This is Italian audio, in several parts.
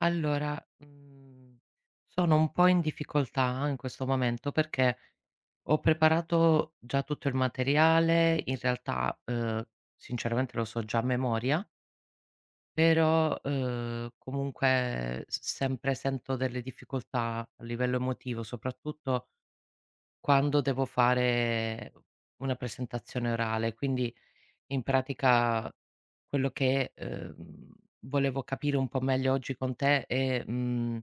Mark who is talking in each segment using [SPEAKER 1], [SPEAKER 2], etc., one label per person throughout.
[SPEAKER 1] Allora, sono un po' in difficoltà in questo momento perché ho preparato già tutto il materiale, in realtà, sinceramente lo so già a memoria, però, comunque s sempre sento delle difficoltà a livello emotivo, soprattutto quando devo fare una presentazione orale. Quindi, in pratica, quello che, volevo capire un po' meglio oggi con te è, mhmm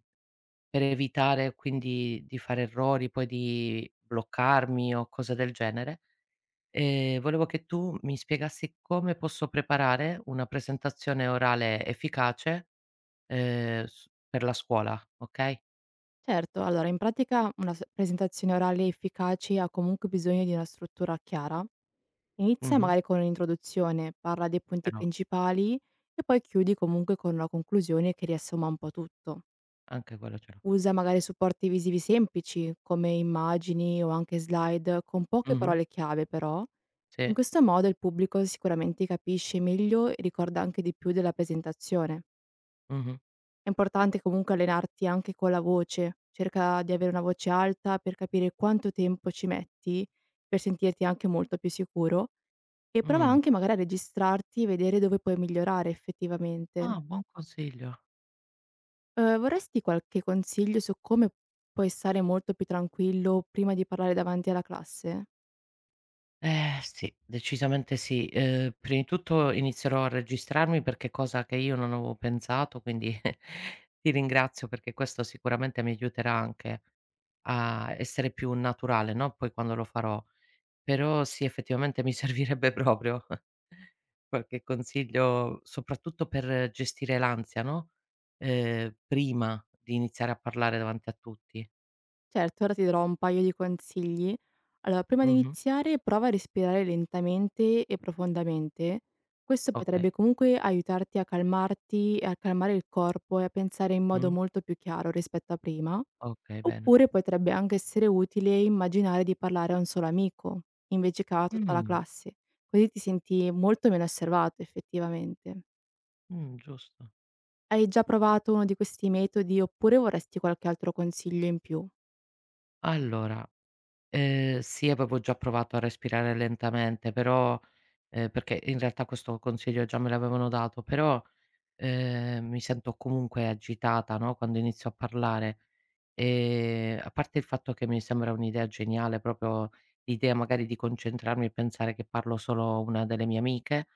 [SPEAKER 1] per evitare quindi di fare errori, poi di bloccarmi o cose del genere, volevo che tu mi spiegassi come posso preparare una presentazione orale efficace, s per la scuola, okay?
[SPEAKER 2] Certo, allora in pratica una s presentazione orale efficace ha comunque bisogno di una struttura chiara. Inizia
[SPEAKER 1] Mh-mh.
[SPEAKER 2] magari con un'introduzione, parla dei
[SPEAKER 1] Ce
[SPEAKER 2] punti
[SPEAKER 1] l'ho,
[SPEAKER 2] principali e poi chiudi comunque con una conclusione che riassuma un po' tutto.
[SPEAKER 1] anche quello ce l'ho.
[SPEAKER 2] Usa magari supporti visivi semplici come immagini o anche slide con poche
[SPEAKER 1] Mh-mh.
[SPEAKER 2] parole chiave però. In
[SPEAKER 1] Sì.
[SPEAKER 2] questo modo il pubblico sicuramente capisce meglio e ricorda anche di più della presentazione.
[SPEAKER 1] Mh-mh.
[SPEAKER 2] È importante comunque allenarti anche con la voce, cerca di avere una voce alta per capire quanto tempo ci metti per sentirti anche molto più sicuro e prova
[SPEAKER 1] Mh.
[SPEAKER 2] anche magari a registrarti e vedere dove puoi migliorare
[SPEAKER 1] Ah,
[SPEAKER 2] effettivamente.
[SPEAKER 1] buon consiglio.
[SPEAKER 2] Vorresti qualche consiglio su come puoi stare molto più tranquillo prima di parlare davanti alla classe?
[SPEAKER 1] Eh sì, decisamente sì. Prima di tutto inizierò a registrarmi perché è cosa che io non avevo pensato, quindi ti ringrazio perché questo sicuramente mi aiuterà anche a essere più naturale, no, poi quando lo farò. Però sì, effettivamente mi servirebbe proprio qualche consiglio, soprattutto per gestire l'ansia, no, prima di iniziare a parlare davanti a tutti.
[SPEAKER 2] Certo, ora ti darò un paio di consigli. Allora, prima di
[SPEAKER 1] Mh-mh.
[SPEAKER 2] iniziare, prova a respirare lentamente e profondamente. Questo
[SPEAKER 1] Okay.
[SPEAKER 2] potrebbe comunque aiutarti a calmarti, e a calmare il corpo e a pensare in
[SPEAKER 1] Mh.
[SPEAKER 2] modo molto più chiaro rispetto a prima.
[SPEAKER 1] Okay, bene.
[SPEAKER 2] Oppure potrebbe anche essere utile immaginare di parlare a un solo amico, invece che a tutta la
[SPEAKER 1] Mh.
[SPEAKER 2] classe, così ti senti molto meno osservato effettivamente.
[SPEAKER 1] Giusto.
[SPEAKER 2] Hai già provato uno di questi metodi oppure vorresti qualche altro consiglio in più?
[SPEAKER 1] Allora, sì, avevo già provato a respirare lentamente, però perché in realtà questo consiglio già me l'avevano dato, però, mi sento comunque agitata, no, quando inizio a parlare. A parte il fatto che mi sembra un'idea geniale, proprio l'idea magari di concentrarmi e pensare che parlo solo a una delle mie amiche,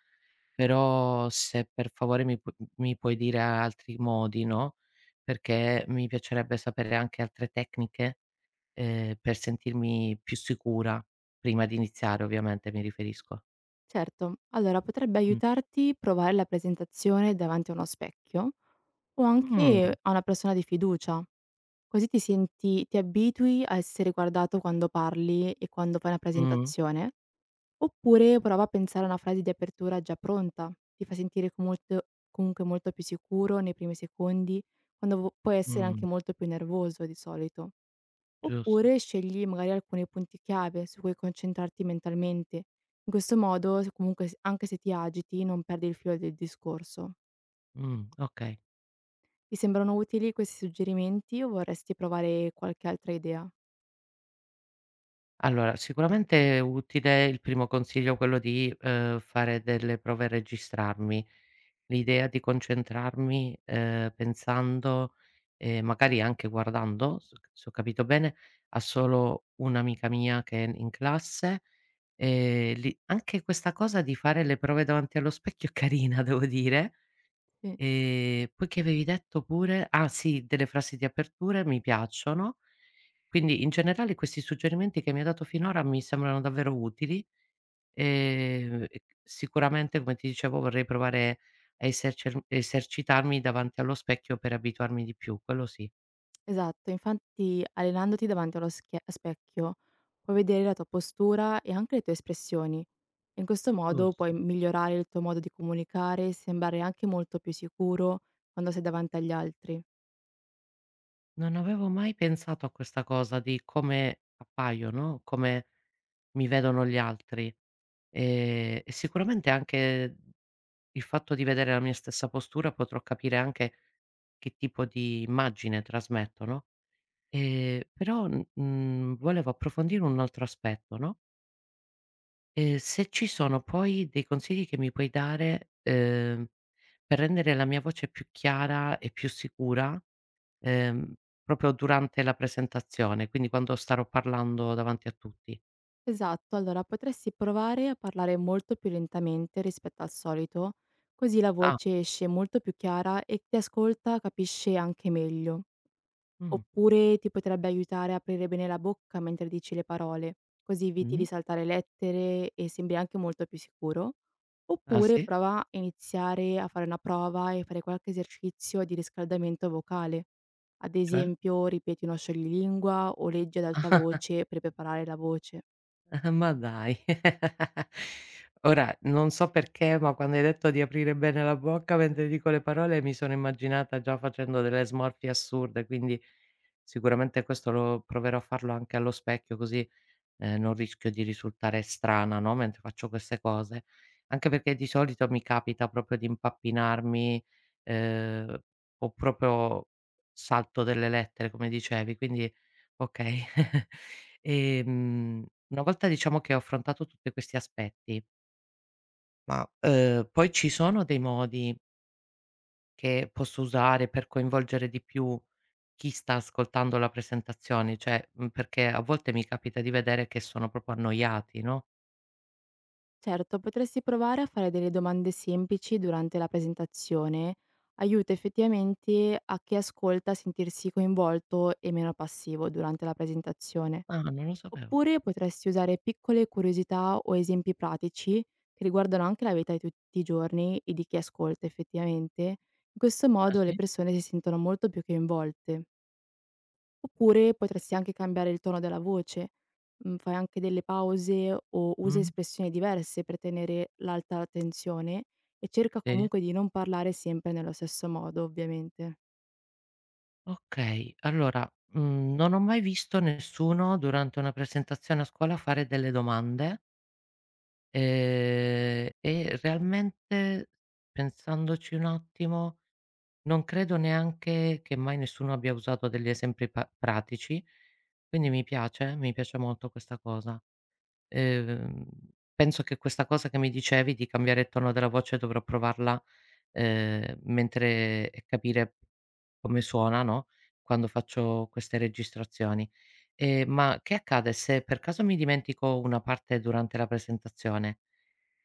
[SPEAKER 1] però se per favore mi puoi dire altri modi, no, perché mi piacerebbe sapere anche altre tecniche per sentirmi più sicura, prima di iniziare ovviamente mi riferisco.
[SPEAKER 2] Certo, allora potrebbe
[SPEAKER 1] Mh.
[SPEAKER 2] aiutarti provare la presentazione davanti a uno specchio o
[SPEAKER 1] Mh.
[SPEAKER 2] anche a una persona di fiducia, così ti senti, ti abitui a essere guardato quando parli e quando fai una
[SPEAKER 1] Mh.
[SPEAKER 2] presentazione, oppure prova a pensare a una frase di apertura già pronta, ti fa sentire comunque molto più sicuro nei primi secondi, quando puoi essere
[SPEAKER 1] Mh.
[SPEAKER 2] anche molto più nervoso di solito.
[SPEAKER 1] Giusto.
[SPEAKER 2] Oppure scegli magari alcuni punti chiave su cui concentrarti mentalmente. In questo modo, se comunque s anche se ti agiti, non perdi il filo del discorso.
[SPEAKER 1] Okay.
[SPEAKER 2] Ti sembrano utili questi suggerimenti o vorresti provare qualche altra idea?
[SPEAKER 1] Allora, sicuramente è utile il primo consiglio, quello di, fare delle prove e registrarmi. L'idea di concentrarmi, pensando e magari anche guardando, s se ho capito bene, a solo un'amica mia che è in classe, lì anche questa cosa di fare le prove davanti allo specchio è carina, devo dire.
[SPEAKER 2] Sì,
[SPEAKER 1] Poi che avevi detto pure? Ah sì, delle frasi di apertura mi piacciono. Quindi in generale questi suggerimenti che mi hai dato finora mi sembrano davvero utili, e sicuramente come ti dicevo vorrei provare a esercer esercitarmi davanti allo specchio per abituarmi di più, quello sì.
[SPEAKER 2] esatto. Infatti allenandoti davanti allo schie specchio, puoi vedere la tua postura e anche le tue espressioni. In questo modo
[SPEAKER 1] Giusto.
[SPEAKER 2] puoi migliorare il tuo modo di comunicare, e sembrare anche molto più sicuro quando sei davanti agli altri.
[SPEAKER 1] Non avevo mai pensato a questa cosa di come appaio, no, come mi vedono gli altri. E sicuramente anche il fatto di vedere la mia stessa postura potrò capire anche che tipo di immagine trasmetto, no, però, volevo approfondire un altro aspetto, no, se ci sono poi dei consigli che mi puoi dare, per rendere la mia voce più chiara e più sicura, ehm, proprio durante la presentazione, quindi quando starò parlando davanti a tutti.
[SPEAKER 2] Esatto, allora potresti provare a parlare molto più lentamente rispetto al solito, così la
[SPEAKER 1] Ah,
[SPEAKER 2] voce esce molto più chiara e chi ascolta capisce anche meglio.
[SPEAKER 1] mh,
[SPEAKER 2] Oppure ti potrebbe aiutare a aprire bene la bocca mentre dici le parole, così eviti di
[SPEAKER 1] mh.
[SPEAKER 2] saltare lettere e sembri anche molto più sicuro.
[SPEAKER 1] Ah
[SPEAKER 2] Oppure
[SPEAKER 1] sì?
[SPEAKER 2] prova a iniziare a fare una prova e fare qualche esercizio di riscaldamento vocale. Ad
[SPEAKER 1] Cioè?
[SPEAKER 2] esempio, ripeti uno scioglilingua o leggi ad alta voce per preparare la voce.
[SPEAKER 1] Ma dai. Ora, non so perché, ma quando hai detto di aprire bene la bocca mentre dico le parole, mi sono immaginata già facendo delle smorfie assurde, quindi sicuramente questo lo proverò a farlo anche allo specchio, così non rischio di risultare strana, no, mentre faccio queste cose. Anche perché di solito mi capita proprio di impappinarmi, ehm, o proprio salto delle lettere come dicevi, quindi okay. Una volta diciamo che ho affrontato tutti questi aspetti, ma, poi ci sono dei modi che posso usare per coinvolgere di più chi sta ascoltando la presentazione? Cioè, perché a volte mi capita di vedere che sono proprio annoiati, no?
[SPEAKER 2] Certo, potresti provare a fare delle domande semplici durante la presentazione. Aiuta effettivamente a chi ascolta a sentirsi coinvolto e meno passivo durante la presentazione.
[SPEAKER 1] Ah, non lo sapevo.
[SPEAKER 2] Oppure potresti usare piccole curiosità o esempi pratici che riguardano anche la vita di tutti i giorni e di chi ascolta effettivamente. In questo
[SPEAKER 1] Ah
[SPEAKER 2] modo le
[SPEAKER 1] sì?
[SPEAKER 2] persone si sentono molto più coinvolte. Oppure potresti anche cambiare il tono della voce, fai anche delle pause o usa
[SPEAKER 1] Mh,
[SPEAKER 2] espressioni diverse per tenere l'alta tensione e cerca
[SPEAKER 1] sì.
[SPEAKER 2] comunque di non parlare sempre nello stesso modo, ovviamente.
[SPEAKER 1] Okay, allora, non ho mai visto nessuno durante una presentazione a scuola fare delle domande, e realmente pensandoci un attimo, non credo neanche che mai nessuno abbia usato degli esempi pa pratici, quindi mi piace molto questa cosa. Ehm, penso che questa cosa che mi dicevi di cambiare il tono della voce dovrò provarla mentre e capire come suona, no, quando faccio queste registrazioni. Ma che accade se per caso mi dimentico una parte durante la presentazione?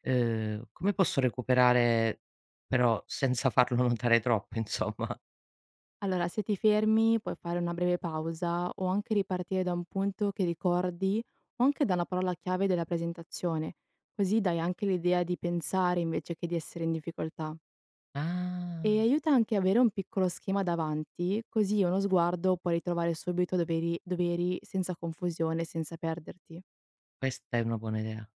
[SPEAKER 1] Come posso recuperare però senza farlo notare troppo, insomma?
[SPEAKER 2] Allora, se ti fermi puoi fare una breve pausa o anche ripartire da un punto che ricordi o anche da una parola chiave della presentazione, così dai anche l'idea di pensare invece che di essere in difficoltà. E
[SPEAKER 1] Ah,
[SPEAKER 2] aiuta anche avere un piccolo schema davanti, così uno sguardo puoi ritrovare subito dove eri senza confusione, senza perderti.
[SPEAKER 1] questa è una buona idea.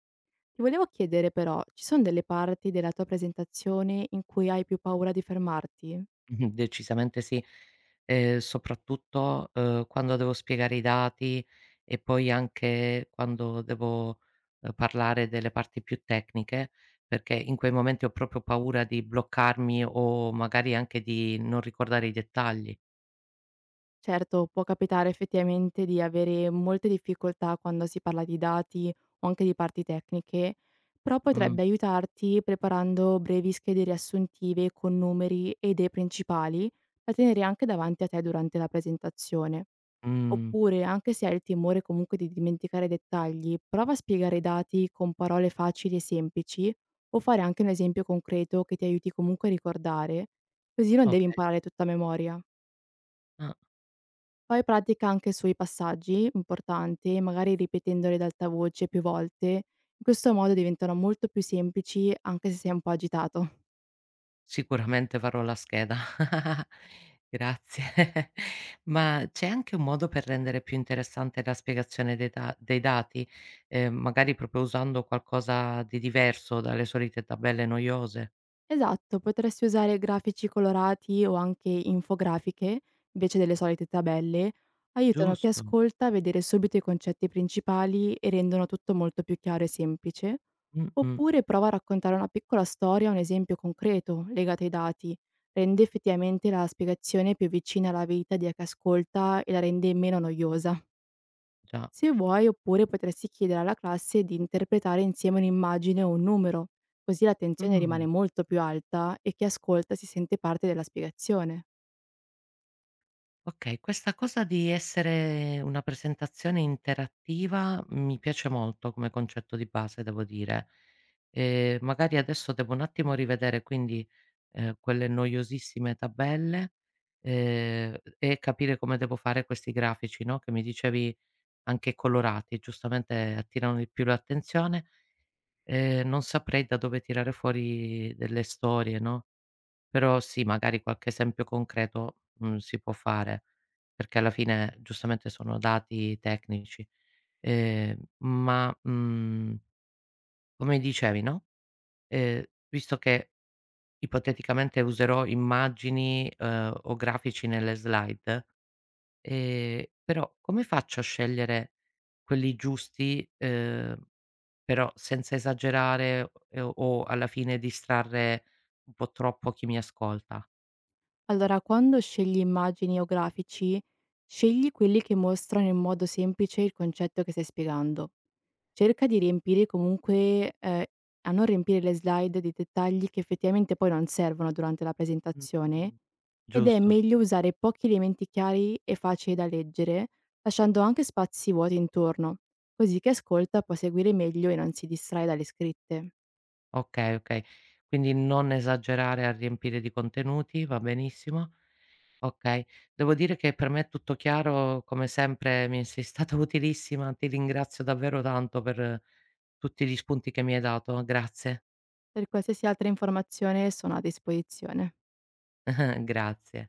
[SPEAKER 2] Ti volevo chiedere però, ci sono delle parti della tua presentazione in cui hai più paura di fermarti?
[SPEAKER 1] Mh-mh, decisamente sì. Soprattutto, quando devo spiegare i dati e poi anche quando devo, parlare delle parti più tecniche, perché in quei momenti ho proprio paura di bloccarmi o magari anche di non ricordare i dettagli.
[SPEAKER 2] Certo, può capitare effettivamente di avere molte difficoltà quando si parla di dati o anche di parti tecniche, però
[SPEAKER 1] Mh,
[SPEAKER 2] potrebbe aiutarti preparando brevi schede riassuntive con numeri e idee principali da tenere anche davanti a te durante la presentazione.
[SPEAKER 1] mh,
[SPEAKER 2] Oppure, anche se hai il timore comunque di dimenticare dettagli, prova a spiegare i dati con parole facili e semplici o fare anche un esempio concreto che ti aiuti comunque a ricordare, così non devi
[SPEAKER 1] okay.
[SPEAKER 2] imparare tutta a memoria.
[SPEAKER 1] Ah.
[SPEAKER 2] Fai pratica anche sui passaggi importanti, magari ripetendoli ad alta voce più volte. In questo modo diventano molto più semplici anche se sei un po' agitato.
[SPEAKER 1] Sicuramente farò la scheda. Grazie. Ma c'è anche un modo per rendere più interessante la spiegazione dei da dei dati, magari proprio usando qualcosa di diverso dalle solite tabelle noiose?
[SPEAKER 2] Esatto, potresti usare grafici colorati o anche infografiche, invece delle solite tabelle, aiutano chi
[SPEAKER 1] Giusto.
[SPEAKER 2] ascolta a vedere subito i concetti principali e rendono tutto molto più chiaro e semplice.
[SPEAKER 1] Mh-mh,
[SPEAKER 2] Oppure prova a raccontare una piccola storia o un esempio concreto legato ai dati. Rende effettivamente la spiegazione più vicina alla vita di chi ascolta e la rende meno noiosa.
[SPEAKER 1] già.
[SPEAKER 2] Se vuoi, oppure potresti chiedere alla classe di interpretare insieme un'immagine o un numero, così l'attenzione
[SPEAKER 1] Mh.
[SPEAKER 2] rimane molto più alta e chi ascolta si sente parte della spiegazione.
[SPEAKER 1] Okay, questa cosa di essere una presentazione interattiva mi piace molto come concetto di base, devo dire. Magari adesso devo un attimo rivedere quindi, quelle noiosissime tabelle, e capire come devo fare questi grafici, no, che mi dicevi anche colorati, giustamente attirano di più l'attenzione. Non saprei da dove tirare fuori delle storie, no? Però sì, magari qualche esempio concreto, si può fare, perché alla fine giustamente sono dati tecnici. Ma, come dicevi, no, visto che ipoteticamente userò immagini, o grafici nelle slide, però come faccio a scegliere quelli giusti, però senza esagerare, o alla fine distrarre un po' troppo chi mi ascolta?
[SPEAKER 2] Allora, quando scegli immagini o grafici, scegli quelli che mostrano in modo semplice il concetto che stai spiegando. Cerca di riempire comunque, a non riempire le slide di dettagli che effettivamente poi non servono durante la presentazione.
[SPEAKER 1] Mh-mh.
[SPEAKER 2] Ed è
[SPEAKER 1] Giusto.
[SPEAKER 2] meglio usare pochi elementi chiari e facili da leggere, lasciando anche spazi vuoti intorno, così chi ascolta può seguire meglio e non si distrae dalle scritte.
[SPEAKER 1] Okay, okay. Quindi non esagerare a riempire di contenuti, va benissimo. Okay. Devo dire che per me è tutto chiaro, come sempre mi sei stata utilissima, ti ringrazio davvero tanto per tutti gli spunti che mi hai dato. Grazie.
[SPEAKER 2] Per qualsiasi altra informazione sono a disposizione.
[SPEAKER 1] Grazie.